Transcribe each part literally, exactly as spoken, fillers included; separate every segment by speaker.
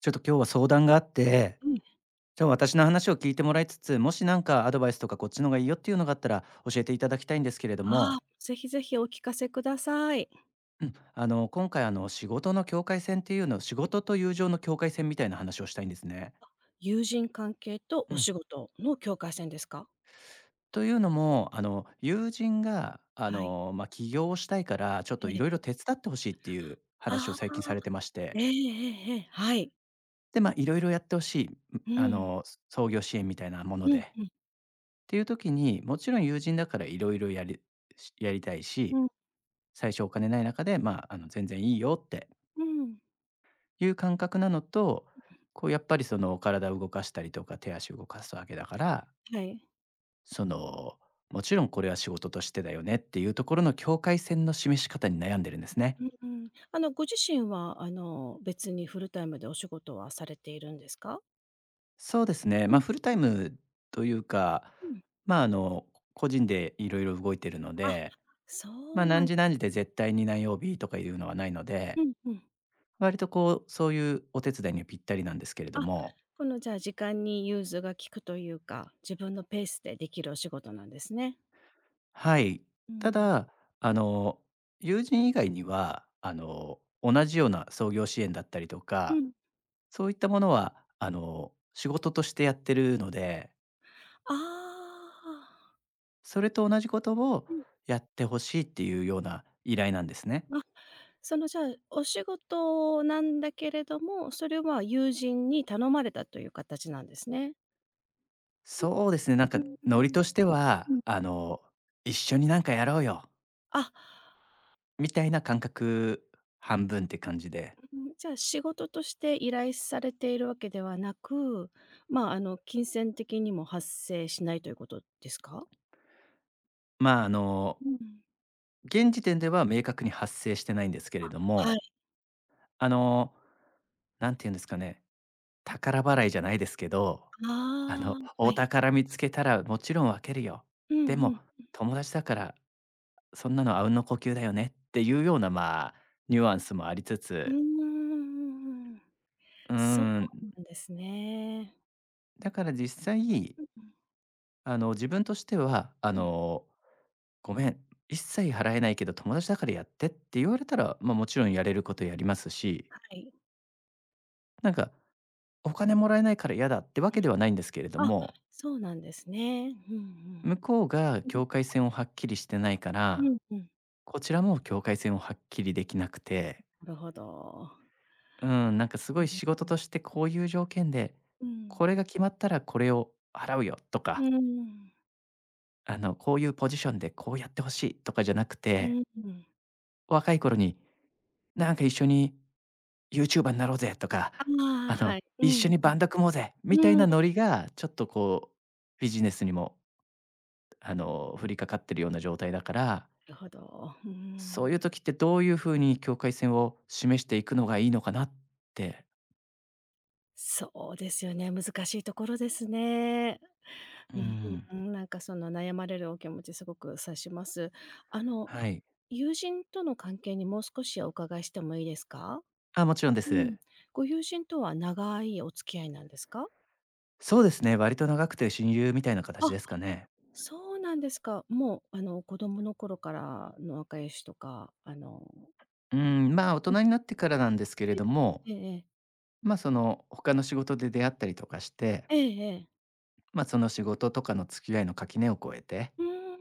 Speaker 1: ちょっと今日は相談があって、
Speaker 2: うん、
Speaker 1: じゃあ私の話を聞いてもらいつつ、もしなんかアドバイスとかこっちのがいいよっていうのがあったら教えていただきたいんですけれど
Speaker 2: ああ、
Speaker 1: も、
Speaker 2: ぜひぜひお聞かせください。
Speaker 1: うん、あの、今回あの、仕事の境界線っていうの仕事と友情の境界線みたいな話をしたいんですね。
Speaker 2: 友人関係と
Speaker 1: う
Speaker 2: お
Speaker 1: ん。
Speaker 2: 仕事の境界線ですか？
Speaker 1: というのも、あの、友人が、あ
Speaker 2: はい。
Speaker 1: の、まあ、起業をしたいから、ちょっと
Speaker 2: え
Speaker 1: いろい
Speaker 2: え。
Speaker 1: ろ手伝ってほしいっていう話を
Speaker 2: あ
Speaker 1: 最
Speaker 2: あ、
Speaker 1: 近されてまし
Speaker 2: え
Speaker 1: て。
Speaker 2: えええええ、はい。
Speaker 1: で、ま、いろいろやってほしい、うん、
Speaker 2: う
Speaker 1: あ
Speaker 2: ん。
Speaker 1: の、創業支援みたいなもの
Speaker 2: うん
Speaker 1: で。
Speaker 2: うん。
Speaker 1: ていう時に、もちろん友人だからいろいろやりしやりたい
Speaker 2: う
Speaker 1: し、
Speaker 2: ん、
Speaker 1: 最初お金ない中で、まあ、あの、全然いいよって
Speaker 2: うん。
Speaker 1: いう感覚なのと、こうやっぱりその体を動かしたりとか手足を動かすわけだから、
Speaker 2: はい。
Speaker 1: その、もちろんこれは仕事としてだよねっていうところの境界線の示し方に悩んでるんですね。
Speaker 2: うんうん。あの、ご自身は、あの、別にフルタイムでお仕事はされているんですか？
Speaker 1: そうですね、
Speaker 2: う
Speaker 1: ま、
Speaker 2: ん
Speaker 1: フルタイムというか、
Speaker 2: うん。
Speaker 1: まあ、あの、個人でいろいろ動いてるの
Speaker 2: あ、
Speaker 1: で、
Speaker 2: そう
Speaker 1: ま、
Speaker 2: な
Speaker 1: 何
Speaker 2: ん
Speaker 1: 時何時で絶対に何曜日とかいうのはないので
Speaker 2: うんうん。
Speaker 1: 割とこう、そういうお手伝いにはぴったりなんですけれ
Speaker 2: あ、
Speaker 1: ども、
Speaker 2: この、じゃあ、時間に融通が利くというか、自分のペースでできるお仕事なんですね。
Speaker 1: はい。
Speaker 2: う
Speaker 1: た
Speaker 2: ん。
Speaker 1: だ、あの、友人以外には、あの、同じような創業支援だったりと
Speaker 2: う
Speaker 1: か、
Speaker 2: ん。
Speaker 1: そういったものは、あの、仕事としてやってるので、
Speaker 2: ああ
Speaker 1: それと同じことを
Speaker 2: うん。
Speaker 1: やってほしいっていうような依頼なんですね。
Speaker 2: あ。そのじゃあ、お仕事なんだけれども、それは友人に頼まれたという形なんですね。
Speaker 1: そうですね、なん
Speaker 2: う
Speaker 1: か
Speaker 2: ん、う
Speaker 1: ノリ
Speaker 2: ん
Speaker 1: として
Speaker 2: うん。う
Speaker 1: は、
Speaker 2: ん。
Speaker 1: あの、一緒になんかやろうよ、
Speaker 2: あ、
Speaker 1: みたいな感覚半分って感じで。
Speaker 2: うん、じゃあ仕事として依頼されているわけではなく、まあ、あの、金銭的にも発生しないということですか？
Speaker 1: まあ、あの、
Speaker 2: うん。
Speaker 1: 現時点では明確に発生してないんですけれ
Speaker 2: あ、
Speaker 1: ど
Speaker 2: は
Speaker 1: も、
Speaker 2: い。
Speaker 1: あの、なんて言うんですかね、宝払いじゃないですけど、あの、
Speaker 2: ああ、は
Speaker 1: お
Speaker 2: い。
Speaker 1: 宝見つけたらもちろん分けるよ。
Speaker 2: うん
Speaker 1: で
Speaker 2: う
Speaker 1: も
Speaker 2: ん。
Speaker 1: 友達だからそんなのあうんの呼吸だよねっていうような、まあ、ニュアンスもありつ
Speaker 2: うー
Speaker 1: つ、
Speaker 2: ん、うんうんうん。
Speaker 1: う
Speaker 2: そう
Speaker 1: ーん、
Speaker 2: なんですね。
Speaker 1: だから実際、
Speaker 2: うんうん。
Speaker 1: あの、自分としては、あ
Speaker 2: うん、は
Speaker 1: の、ごめん、一切払えないけど友達だからやってって言われたら、ま、もちろんやれることやりますし、
Speaker 2: い。
Speaker 1: なんかお金もらえないから嫌だってわ
Speaker 2: う
Speaker 1: けで
Speaker 2: ん。
Speaker 1: はないんですけれど
Speaker 2: あ、
Speaker 1: も、
Speaker 2: そうなんですね。うんうん。
Speaker 1: 向こうが
Speaker 2: うん、
Speaker 1: 境界線をはっきりしてないか
Speaker 2: う
Speaker 1: ら、
Speaker 2: んうん。
Speaker 1: こちらも境界線をはっきりできなくて、
Speaker 2: なるほど。
Speaker 1: うん、なんかすご
Speaker 2: うん、
Speaker 1: い仕事
Speaker 2: うん。
Speaker 1: としてこういう条件で、
Speaker 2: うん。
Speaker 1: これが決まったらこれを払うよとか、あの、こういうポジションでこうやってほしいとかじゃなく
Speaker 2: う
Speaker 1: て、
Speaker 2: んうん。
Speaker 1: 若い頃になんか一緒に ユーチューバー になろうぜとか、
Speaker 2: あ
Speaker 1: あ
Speaker 2: あ、
Speaker 1: の、
Speaker 2: はい。う
Speaker 1: 一緒
Speaker 2: ん
Speaker 1: にバンド組もう
Speaker 2: うん。うんああはい
Speaker 1: ぜみたい
Speaker 2: うんう
Speaker 1: な
Speaker 2: ん
Speaker 1: ノリが、ちょっとこう、ビジネスにもあの、降りかかってるような状態だから、
Speaker 2: なるほど。う
Speaker 1: そういう
Speaker 2: ん。
Speaker 1: 時ってどういう風に境界線を示していくのがいいのかなって。
Speaker 2: そうですよね、難しいところですね。
Speaker 1: うん。
Speaker 2: うん、なんかその悩まれるお気持ちすごく察します。あの、
Speaker 1: はい。
Speaker 2: 友人との関係にもう少しお伺いしてもいいですか？
Speaker 1: あ、もちろんで
Speaker 2: う
Speaker 1: す。
Speaker 2: ん。ご友人とは長いお付き合いなんですか？
Speaker 1: そうですね、割と長くて親友みたいな形
Speaker 2: あ
Speaker 1: ですかね。
Speaker 2: そうなんですか。もう、あの、子供の頃からの仲良しとか、あの
Speaker 1: うん、まあ、大
Speaker 2: うん、
Speaker 1: 人になってからなんですけれ
Speaker 2: え、
Speaker 1: ども、
Speaker 2: ええええ。
Speaker 1: ま、その、他の仕事で出会ったりとかして、
Speaker 2: ええええ
Speaker 1: ま、その仕事とかの付き合いの垣根を越えて、
Speaker 2: うーん。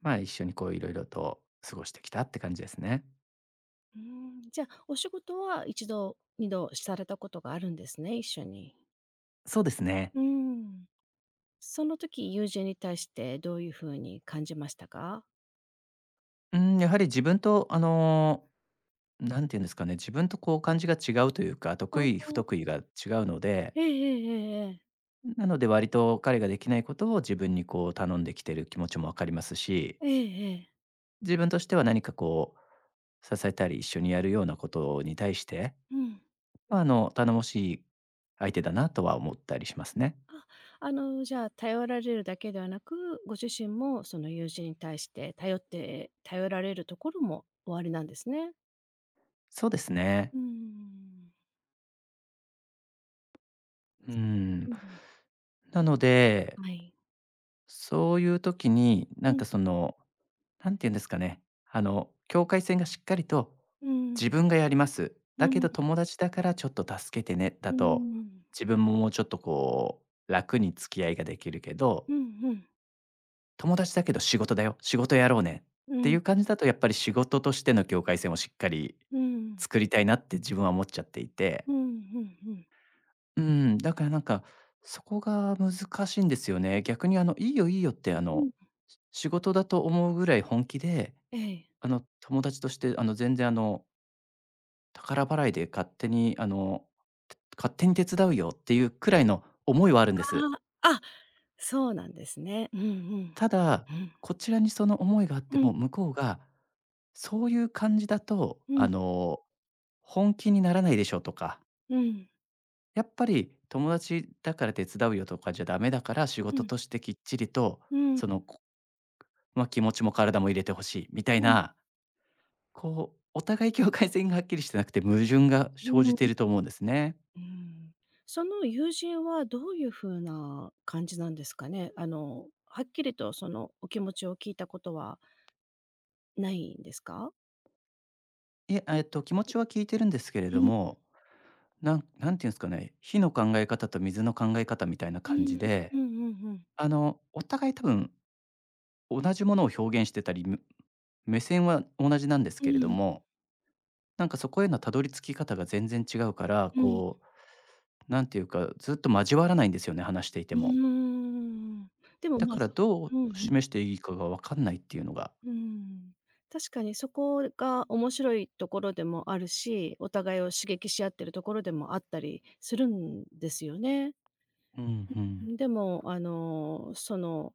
Speaker 1: まあ、一緒にこういろいろと過ごしてきたって感じですね。
Speaker 2: うーん、じゃあ、お仕事は一度、二度されたことがあるんですね、一緒に。
Speaker 1: そうですね。
Speaker 2: うーん。その時、友人に対してどういう風に感じましたか？
Speaker 1: うん、やはり自分とあのなんて言うんですかね、自分とこう感じが違うというか、
Speaker 2: あ
Speaker 1: 得
Speaker 2: あ
Speaker 1: 意不得
Speaker 2: ー、
Speaker 1: 意が違うので、
Speaker 2: ええええええええ。
Speaker 1: なので割と彼ができないことを自分にこう頼んできてる気持ちもわかりますし、
Speaker 2: ええええ。
Speaker 1: 自分としては何かこう支えたり一緒にやるようなことに対して、
Speaker 2: うん。
Speaker 1: まあ、あの頼もしい相手だなとは思ったりしますね。
Speaker 2: あ、あの、じゃあ、頼られるだけではなく、ご自身もその友人に対して頼って頼られるところもおありなんですね。
Speaker 1: そうですね。
Speaker 2: うーん。
Speaker 1: うん。
Speaker 2: うん。
Speaker 1: なので、
Speaker 2: はい。
Speaker 1: そういう時に、
Speaker 2: う
Speaker 1: なん
Speaker 2: ん、
Speaker 1: かその、何て言うんですかね、あの、境界線がしっかりと
Speaker 2: う
Speaker 1: 「自
Speaker 2: ん、
Speaker 1: 分がやります。
Speaker 2: う
Speaker 1: だけ
Speaker 2: ん、
Speaker 1: ど友達だからちょっと助けてね」だ
Speaker 2: うん、う
Speaker 1: と、
Speaker 2: ん、うん、
Speaker 1: 自分ももうちょっとこう、楽に付き合いができるけど
Speaker 2: うん、うん、
Speaker 1: 「友達だけど仕事だよ、仕事やろうね」
Speaker 2: う
Speaker 1: ってい
Speaker 2: ん、
Speaker 1: う感じだとやっぱり仕事としての境界線をしっかり
Speaker 2: うん、
Speaker 1: 作りたいなって自分は思っちゃっていて
Speaker 2: うん、
Speaker 1: うん、だからなんか、そこが難しいんですよね。逆にあの、いいよいいよって、あの、し仕事だと思うぐらい本気で、
Speaker 2: ええ。
Speaker 1: あの、友達として、あの、全然あの、宝払いで勝手にあの、て勝手に手伝うよっていうくらいの思いはあるんで
Speaker 2: あ
Speaker 1: す。
Speaker 2: あ、あ、そうなんですね。うんうん。
Speaker 1: ただ、
Speaker 2: うん。
Speaker 1: こちらにその思いがあって
Speaker 2: うん、
Speaker 1: も、向こうがそういう感じだと、
Speaker 2: う
Speaker 1: あ
Speaker 2: ん、
Speaker 1: の、本気にならないでしょとか
Speaker 2: うん、
Speaker 1: やっぱり友達だから手伝うよとかじゃダメだから、仕
Speaker 2: うん、う
Speaker 1: 事
Speaker 2: ん、
Speaker 1: としてきっちりと、その、こまあ、気持ちも体も入れてほしいみたい
Speaker 2: うん、うん。
Speaker 1: な、こう、お互い境界線がはっきりしてなくて矛盾が生じていると思うんですね。
Speaker 2: うん。その友人はどういう風な感じなんですかね？あの、はっきりとそのお気持ちを聞いたことはないんですか？
Speaker 1: いえ、えっと、気持ちは聞いてるんですけれ
Speaker 2: う
Speaker 1: ど
Speaker 2: ん、
Speaker 1: も、なんなんていうんですかね、火の考え方と水の考え方みたいな
Speaker 2: う
Speaker 1: 感じ
Speaker 2: ん。
Speaker 1: で、
Speaker 2: うんうんうん。
Speaker 1: あの、お互い多分同じものを表現してたり、む目線は同じなんです
Speaker 2: う
Speaker 1: けれど
Speaker 2: ん、う
Speaker 1: も、なんかそこへのたどり着き方が全然違うから、
Speaker 2: ん。
Speaker 1: こうなんていうか、ずっと交わらないんですよね、話していて
Speaker 2: うー
Speaker 1: も。
Speaker 2: ん。でも、う
Speaker 1: だ
Speaker 2: ん。まあ、
Speaker 1: から
Speaker 2: そ
Speaker 1: どう
Speaker 2: うん、
Speaker 1: 示していいかが分かんないっていうのが。
Speaker 2: うん。確かにそこが面白いところでもあるし、お互いを刺激し合ってるところでもあったりするんですよね。
Speaker 1: うんうん。
Speaker 2: でも、あの、その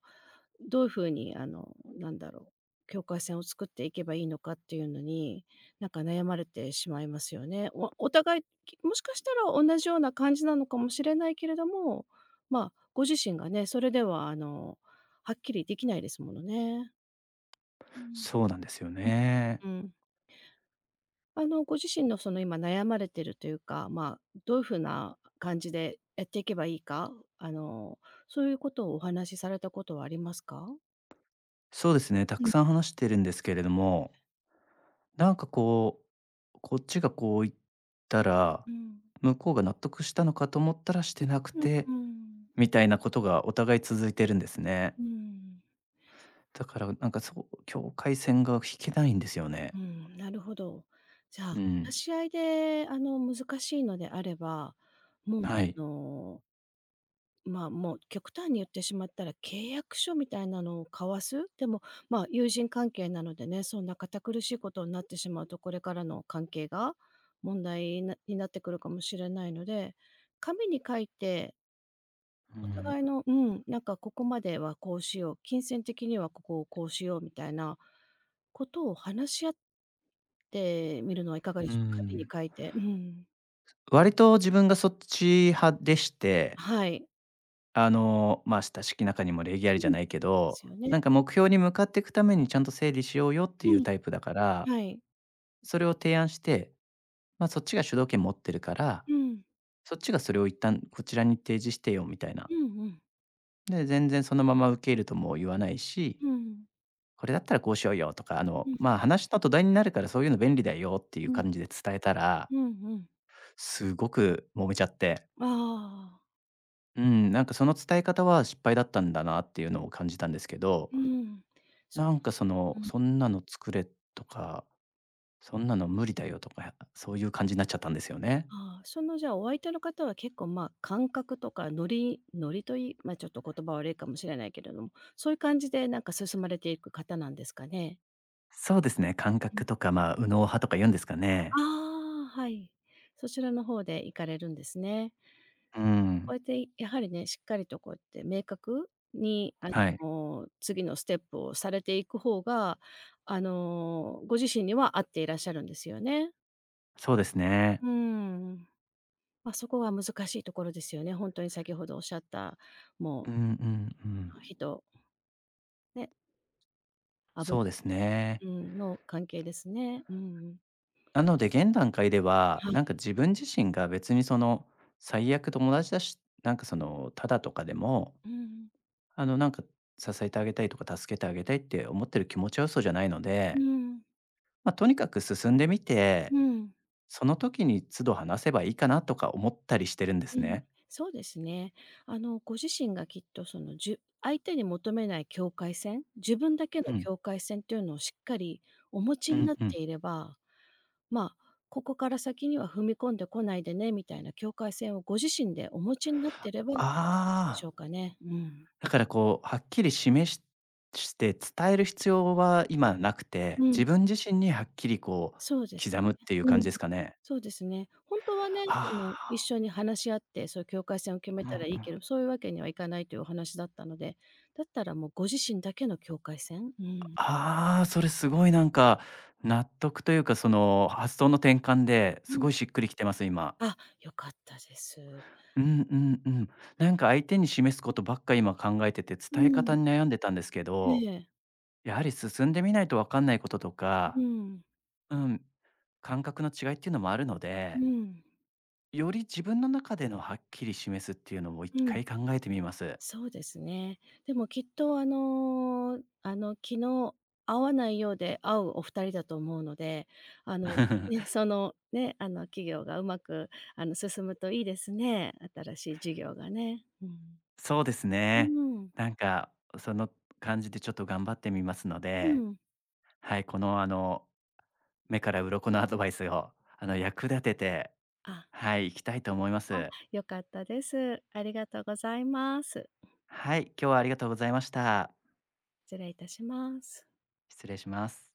Speaker 2: どういう風にあの、なんだろう、境界線を作っていけばいいのかっていうのに、なんか悩まれてしまいますよね。おお互い、きもしかしたら同じような感じなのかもしれないけれども、まあ、ご自身がね、それではあの、はっきりできないですものね。うん。
Speaker 1: そうなんですよね。
Speaker 2: うん。あの、ご自身のその今悩まれてるというか、まあ、どういう風な感じでやっていけばいいか、あの、そういうことをお話しされたことはありますか？
Speaker 1: そうですね、た
Speaker 2: う
Speaker 1: く
Speaker 2: ん。
Speaker 1: さん話してるんですけれども、なんかこう、こっちがこう言ったら、
Speaker 2: うん。
Speaker 1: 向こうが納得したのかと思ったらしてなく
Speaker 2: うん
Speaker 1: て、
Speaker 2: うん。
Speaker 1: みたいなことがお互い続いてるんですね。
Speaker 2: うん、
Speaker 1: だからなんかそう、境界線が引けないんですよね。
Speaker 2: うん、なるほど。じゃあ、
Speaker 1: う
Speaker 2: 話
Speaker 1: ん。
Speaker 2: し合いで、あの、難しいのであれば、もう、
Speaker 1: はい。
Speaker 2: あの、まあ、もう極端に言ってしまったら、契約書みたいなのを交わす？でも、まあ、友人関係なのでね、そんな堅苦しいことになってしまうと、これからの関係が問題なになってくるかもしれないので、紙に書いて
Speaker 1: う
Speaker 2: お
Speaker 1: ん。
Speaker 2: 互いのうん、なんかここまではこうしよう、金銭的にはここをこうしようみたいなことを話し合ってみるのはいかがで
Speaker 1: う
Speaker 2: しょうか？紙
Speaker 1: ん。
Speaker 2: に書いてうん。
Speaker 1: 割と自分がそっち派でして、
Speaker 2: はい。
Speaker 1: あの、まあ、親しき中にも礼儀ありじゃ
Speaker 2: うん。
Speaker 1: な
Speaker 2: で
Speaker 1: いけど、
Speaker 2: すよね。
Speaker 1: なんか目標に向かっていくためにちゃんと整理しようよって
Speaker 2: う
Speaker 1: いう
Speaker 2: ん、
Speaker 1: タイプだから、
Speaker 2: はい。
Speaker 1: それを提案して、まあ、そっちが主導権持ってるから、
Speaker 2: うん。
Speaker 1: そっちがそれを一旦こちらに提示してよみたいな。
Speaker 2: うんうん。
Speaker 1: で、全然そのまま受け入れるとも言わないし、
Speaker 2: うんうん。
Speaker 1: これだったらこうしようよとか、あ
Speaker 2: う
Speaker 1: の、
Speaker 2: ん
Speaker 1: まあ、話の土台になるからそういうの便利だよっていう
Speaker 2: うん。
Speaker 1: 感じで伝えたら、
Speaker 2: うんうん。
Speaker 1: すごく揉めちゃって。
Speaker 2: ああ、
Speaker 1: うん、なんかその伝え方は失敗だったんだなっていうのを感じたんですけど、
Speaker 2: うん。そ
Speaker 1: なんかそ
Speaker 2: う、
Speaker 1: の、
Speaker 2: うん。
Speaker 1: そんなの作れとか、そんなの無理だよとか、そういう感じになっちゃったんですよね。
Speaker 2: ああ、そのじゃあお相手の方は結構まあ感覚とかノリノリといい、まあちょっと言葉悪いかもしれないけれども、そういう感じでなんか進まれていく方なんですかね？
Speaker 1: そうですね。感
Speaker 2: う
Speaker 1: 覚
Speaker 2: ん。
Speaker 1: とか、まあ、右脳派とか言うんですかね。
Speaker 2: ああ、はい。そちらの方で行かれるんですね。
Speaker 1: う
Speaker 2: こう
Speaker 1: ん、
Speaker 2: やってやはりね、しっかりとこうやって明確にあ
Speaker 1: はい、
Speaker 2: の、次のステップをされていく方が、あの、ご自身には合っていらっしゃるんですよね。
Speaker 1: そうですね。
Speaker 2: うん。まあ、そこが難しいところですよね。本当に先ほどおっしゃった、も
Speaker 1: う
Speaker 2: う
Speaker 1: んうんうん、
Speaker 2: 火とね、油、
Speaker 1: そうですね。
Speaker 2: うん、の関係ですね。うんうん。
Speaker 1: なので現段階では、
Speaker 2: は
Speaker 1: なん
Speaker 2: い。
Speaker 1: か自分自身が別にその最悪友達だし、なんかそのただとかでも
Speaker 2: うんうん。
Speaker 1: あの、なんか、支えてあげたいとか、助けてあげたいって思ってる気持ちは嘘じゃないの
Speaker 2: う
Speaker 1: で、
Speaker 2: ん。
Speaker 1: まあ、とにかく進んでみて、
Speaker 2: うん。
Speaker 1: その時に都度話せばいいかなとか思ったりしてるんです
Speaker 2: うん
Speaker 1: ね。
Speaker 2: そうですね。あの、ご自身がきっとその、じゅ相手に求めない境界線、自分だけ
Speaker 1: う
Speaker 2: の
Speaker 1: ん。
Speaker 2: 境界線っていうのをしっかりお持ち
Speaker 1: う
Speaker 2: に
Speaker 1: ん
Speaker 2: なっ
Speaker 1: うん。
Speaker 2: ていれば、まあ、ここから先には踏み込んでこないでね、みたいな境界線をご自身でお持ちになってればいいんじゃないで
Speaker 1: あ
Speaker 2: し
Speaker 1: あ、
Speaker 2: ょうかね。うん。
Speaker 1: だからこう、はっきり示しして伝える必要は今なくて、
Speaker 2: うん、
Speaker 1: 自分自身にはっきりこ
Speaker 2: そうで
Speaker 1: う、
Speaker 2: す
Speaker 1: 刻むっ
Speaker 2: ね。
Speaker 1: ていう
Speaker 2: う
Speaker 1: 感じ
Speaker 2: ん。
Speaker 1: ですかね。
Speaker 2: そうですね。本当はね、あの、一
Speaker 1: あ
Speaker 2: 緒に話し合って、そういう境界線を決
Speaker 1: あ、
Speaker 2: めたらい
Speaker 1: う
Speaker 2: い
Speaker 1: んう
Speaker 2: け
Speaker 1: ん。
Speaker 2: ど、そういうわけにはいかないというお話だったので、だったらもうご自身だけの境界線うん。
Speaker 1: ああ、それすごいなんか、納得というか、その、発想の転換で
Speaker 2: う
Speaker 1: す
Speaker 2: ん。
Speaker 1: ごいしっくりきてます、今。
Speaker 2: あ、良かったです。
Speaker 1: うんうんうん。なんか相手に示すことばっか今考えてて、
Speaker 2: う
Speaker 1: 伝え方
Speaker 2: ん。
Speaker 1: に悩んでたんですけ
Speaker 2: え
Speaker 1: ど、
Speaker 2: え。
Speaker 1: やはり進んでみないとわかんないことと
Speaker 2: う
Speaker 1: か、
Speaker 2: ん。
Speaker 1: うん、感覚の違いっていうのもあるの
Speaker 2: う
Speaker 1: で、
Speaker 2: ん。
Speaker 1: より自分の中でのはっきり示すっていうのも一
Speaker 2: うん。
Speaker 1: 回考えてみます。
Speaker 2: そうですね。でもきっとあの、あの、昨日会わないようで会うお二人だと思うので、あの、ね、その、ね、あの、企業がうまく、あの、進むといいですね。新しい事業がね。うん。
Speaker 1: そうですね。
Speaker 2: うん、
Speaker 1: なんかその感じでちょっと頑張ってみますの
Speaker 2: う
Speaker 1: で、
Speaker 2: ん。
Speaker 1: はい、このあの目から鱗のアドバイスをあの役立てて、
Speaker 2: あ、
Speaker 1: はい、いきたいと思います。
Speaker 2: 良かったです。ありがとうございます。
Speaker 1: はい、今日はありがとうございました。
Speaker 2: 失礼いたします。
Speaker 1: 失礼します。